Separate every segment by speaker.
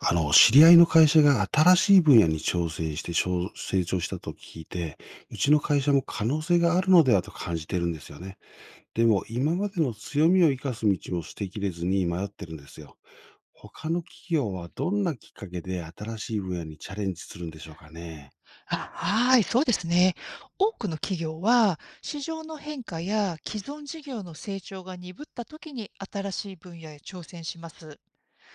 Speaker 1: 知り合いの会社が新しい分野に挑戦してしょう成長したと聞いて、うちの会社も可能性があるのではと感じてるんですよね。でも、今までの強みを生かす道も捨てきれずに迷ってるんですよ。他の企業はどんなきっかけで新しい分野にチャレンジするんでしょうかね。
Speaker 2: あ、はい、そうですね。多くの企業は、市場の変化や既存事業の成長が鈍った時に新しい分野へ挑戦します。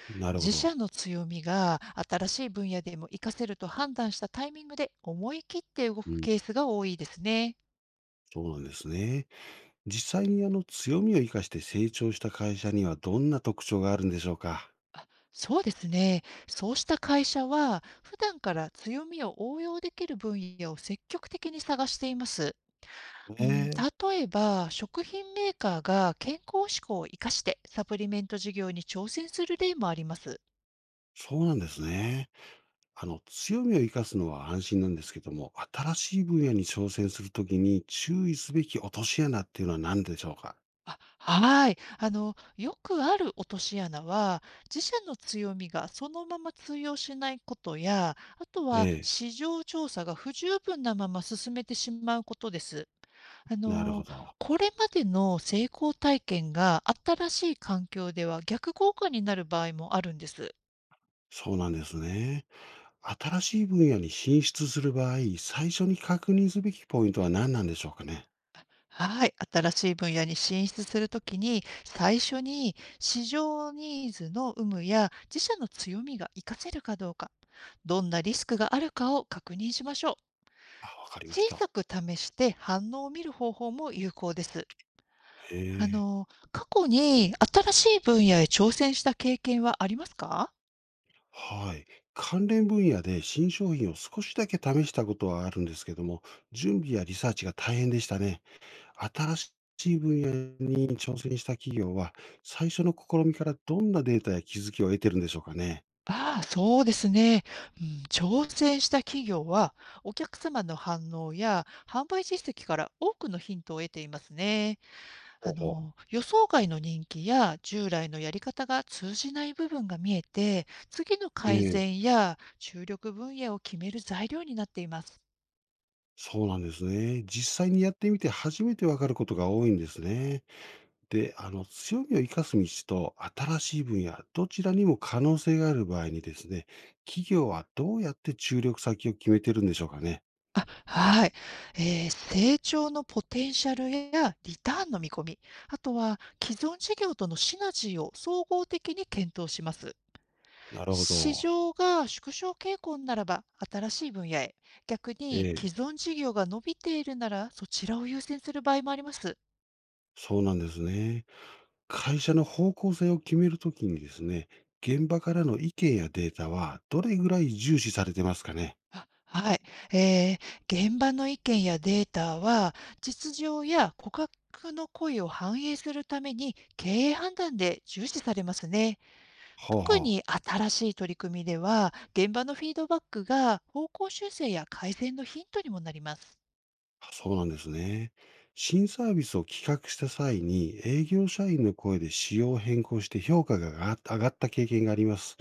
Speaker 1: なるほ
Speaker 2: 自社
Speaker 1: ど。
Speaker 2: の強みが新しい分野でも活かせると判断したタイミングで思い切って動
Speaker 1: う
Speaker 2: く
Speaker 1: ん、
Speaker 2: ケースが多いですね。
Speaker 1: そうなんですね。実際に強みを生かして成長した会社にはどんな特徴があるんでしょうか。
Speaker 2: そうですね。そうした会社は、普段から強みを応用できる分野を積極的に探しています。う
Speaker 1: え
Speaker 2: ん、
Speaker 1: え、
Speaker 2: 例えば、食品メーカーが健康志向を生かしてサプリメント事業に挑戦する例もあります。
Speaker 1: そうなんですね。強みを生かすのは安心なんですけども、新しい分野に挑戦するときに注意すべき落とし穴っていうのは何でしょうか。
Speaker 2: あ、はい。あの、よくある落とし穴は、自社の強みがそのまま通用しないことや、あと
Speaker 1: え
Speaker 2: は
Speaker 1: え、
Speaker 2: 市場調査が不十分なまま進めてしまうことです。あ
Speaker 1: なるほ
Speaker 2: の、
Speaker 1: ど。
Speaker 2: これまでの成功体験が新しい環境では逆効果になる場合もあるんです。
Speaker 1: そうなんですね。新しい分野に進出する場合、最初に確認すべきポイントは何なんでしょうかね。
Speaker 2: はい。新しい分野に進出するときに、最初に市場ニーズの有無や自社の強みが活かせるかどうか、どんなリスクがあるかを確認しましょう。
Speaker 1: あ、わかりまし
Speaker 2: 小
Speaker 1: た。
Speaker 2: さく試して反応を見る方法も有効です。
Speaker 1: へ
Speaker 2: あ
Speaker 1: え。
Speaker 2: の、過去に新しい分野へ挑戦した経験はありますか？
Speaker 1: はい。関連分野で新商品を少しだけ試したことはあるんですけども、準備やリサーチが大変でしたね。新しい分野に挑戦した企業は、最初の試みからどんなデータや気づきを得てるんでしょうかね。
Speaker 2: ああ、そうですね。うん、挑戦した企業は、お客様の反応や販売実績から多くのヒントを得ていますね。
Speaker 1: ほ
Speaker 2: あ
Speaker 1: うほう。
Speaker 2: の、予想外の人気や従来のやり方が通じない部分が見えて、次の
Speaker 1: え
Speaker 2: 改
Speaker 1: え、
Speaker 2: 善や注力分野を決める材料になっています。
Speaker 1: そうなんですね。実際にやってみて初めてわかることが多いんですね。で、強みを生かす道と新しい分野、どちらにも可能性がある場合にですね、企業はどうやって注力先を決めてるんでしょうかね。
Speaker 2: はい。えー成長のポテンシャルやリターンの見込み、あとは既存事業とのシナジーを総合的に検討します。
Speaker 1: なるほ
Speaker 2: 市
Speaker 1: ど。
Speaker 2: 場が縮小傾向ならば新しい分野へ、逆
Speaker 1: え
Speaker 2: に既
Speaker 1: え、
Speaker 2: 存事業が伸びているならそちらを優先する場合もあります。
Speaker 1: そうなんですね。会社の方向性を決めるときにですね、現場からの意見やデータはどれぐらい重視されてますかね。
Speaker 2: はい。えー、現場の意見やデータは実情や顧客の声を反映するために経営判断で重視されますね。
Speaker 1: はあ
Speaker 2: 特
Speaker 1: は
Speaker 2: に新しい取り組みでは現場のフィードバックが方向修正や改善のヒントにもなります。
Speaker 1: あ。そうなんですね。新サービスを企画した際に営業社員の声で仕様を変更して評価が上がった経験があります。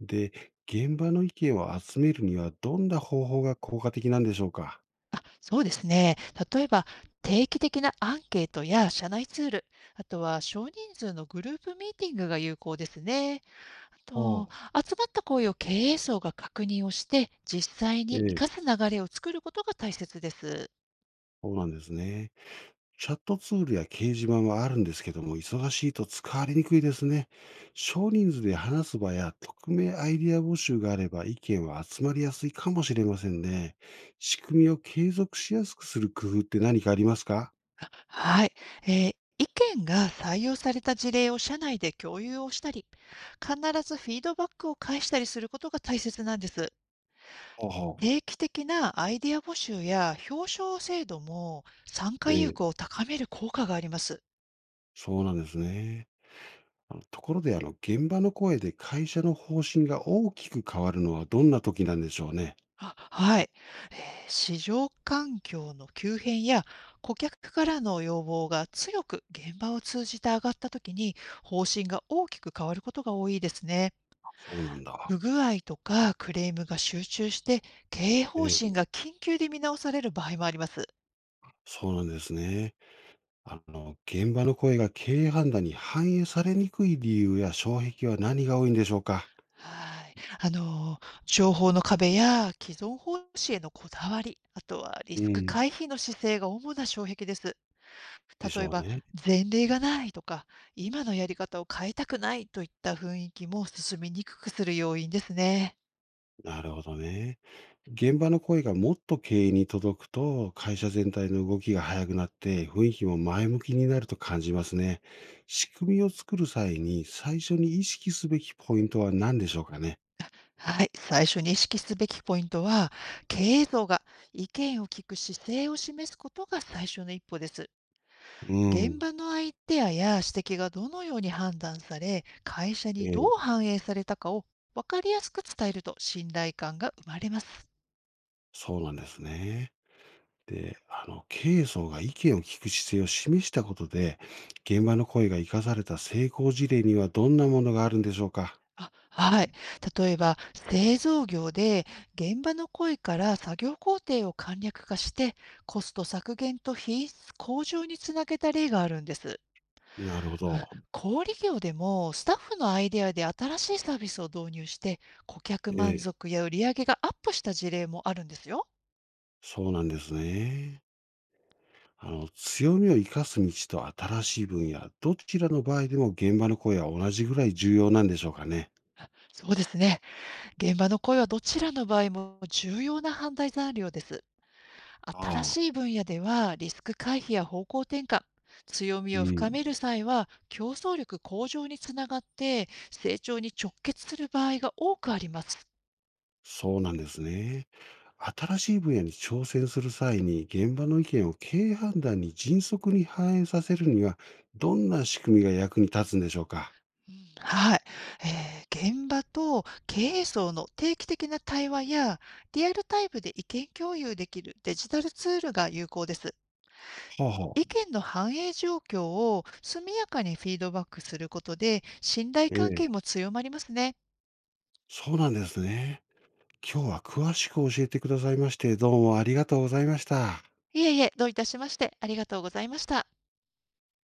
Speaker 1: で、現場の意見を集めるにはどんな方法が効果的なんでしょうか。
Speaker 2: あ、そうですね。例えば、定期的なアンケートや社内ツール、あとは少人数のグループミーティングが有効ですね。あ
Speaker 1: ほ
Speaker 2: と、集まった声を経営層が確認をして、実際
Speaker 1: う、え
Speaker 2: に
Speaker 1: え、
Speaker 2: 活かす流れを作ることが大切です。
Speaker 1: そうなんですね。チャットツールや掲示板はあるんですけども、忙しいと使われにくいですね。少人数で話す場や匿名アイデア募集があれば意見は集まりやすいかもしれませんね。仕組みを継続しやすくする工夫って何かありますか。
Speaker 2: はい。意見が採用された事例を社内で共有をしたり、必ずフィードバックを返したりすることが大切なんです。
Speaker 1: ほうほう。
Speaker 2: 定期的なアイデア募集や表彰制度も参加
Speaker 1: え
Speaker 2: 意
Speaker 1: え、
Speaker 2: 欲を高める効果があります。
Speaker 1: そうなんですね。あのところで、現場の声で会社の方針が大きく変わるのはどんな時なんでしょうね。
Speaker 2: あ、はい。えー市場環境の急変や顧客からの要望が強く現場を通じて上がった時に方針が大きく変わることが多いですね。
Speaker 1: そうなんだ。
Speaker 2: 不具合とかクレームが集中して経営
Speaker 1: え
Speaker 2: 方
Speaker 1: え、
Speaker 2: 針が緊急で見直される場合もあります。
Speaker 1: そうなんですね。現場の声が経営判断に反映されにくい理由や障壁は何が多いんでしょうか。
Speaker 2: はい。あの、情報の壁や既存方針へのこだわり、あとはリ
Speaker 1: う
Speaker 2: スク
Speaker 1: ん。
Speaker 2: 回避の姿勢が主な障壁です。
Speaker 1: でし
Speaker 2: 例え
Speaker 1: ょう
Speaker 2: ば、
Speaker 1: ね。
Speaker 2: 前例がないとか、今のやり方を変えたくないといった雰囲気も進みにくくする要因ですね。
Speaker 1: なるほどね。現場の声がもっと経営に届くと、会社全体の動きが早くなって、雰囲気も前向きになると感じますね。仕組みを作る際に最初に意識すべきポイントは何でしょうかね。
Speaker 2: はい。最初に意識すべきポイントは、経営層が意見を聞く姿勢を示すことが最初の一歩です。
Speaker 1: う
Speaker 2: 現
Speaker 1: ん。
Speaker 2: 場のアイデアや指摘がどのように判断され、会社
Speaker 1: え
Speaker 2: にどう
Speaker 1: え、
Speaker 2: 反映されたかを分かりやすく伝えると信頼感が生まれます。
Speaker 1: そうなんですね。で、経営層が意見を聞く姿勢を示したことで、現場の声が生かされた成功事例にはどんなものがあるんでしょうか？
Speaker 2: あ、はい。例えば、製造業で現場の声から作業工程を簡略化して、コスト削減と品質向上につなげた例があるんです。
Speaker 1: なるほ
Speaker 2: あ、
Speaker 1: ど。
Speaker 2: 小売業でもスタッフのアイデアで新しいサービスを導入して顧客
Speaker 1: え
Speaker 2: 満
Speaker 1: え、
Speaker 2: 足や売り上げがアップした事例もあるんですよ。
Speaker 1: そうなんですね。強みを生かす道と新しい分野、どちらの場合でも現場の声は同じぐらい重要なんでしょうかね？
Speaker 2: そうですね。現場の声はどちらの場合も重要な判断材料です。新し
Speaker 1: ああ、
Speaker 2: い分野ではリスク回避や方向転換、強
Speaker 1: う
Speaker 2: みを深
Speaker 1: ん。
Speaker 2: める際は競争力向上につながって成長に直結する場合が多くあります。
Speaker 1: そうなんですね。新しい分野に挑戦する際に、現場の意見を経営判断に迅速に反映させるには、どんな仕組みが役に立つんでしょうか？
Speaker 2: はい、現場と経営層の定期的な対話やリアルタイムで意見共有できるデジタルツールが有効です。
Speaker 1: はあはあ。
Speaker 2: 意見の反映状況を速やかにフィードバックすることで、信頼
Speaker 1: え
Speaker 2: 関
Speaker 1: え、
Speaker 2: 係も強まりますね。
Speaker 1: そうなんですね。今日は詳しく教えてくださいまして、どうもありがとうございました。
Speaker 2: いえいえ、どういたしまして、ありがとうございました。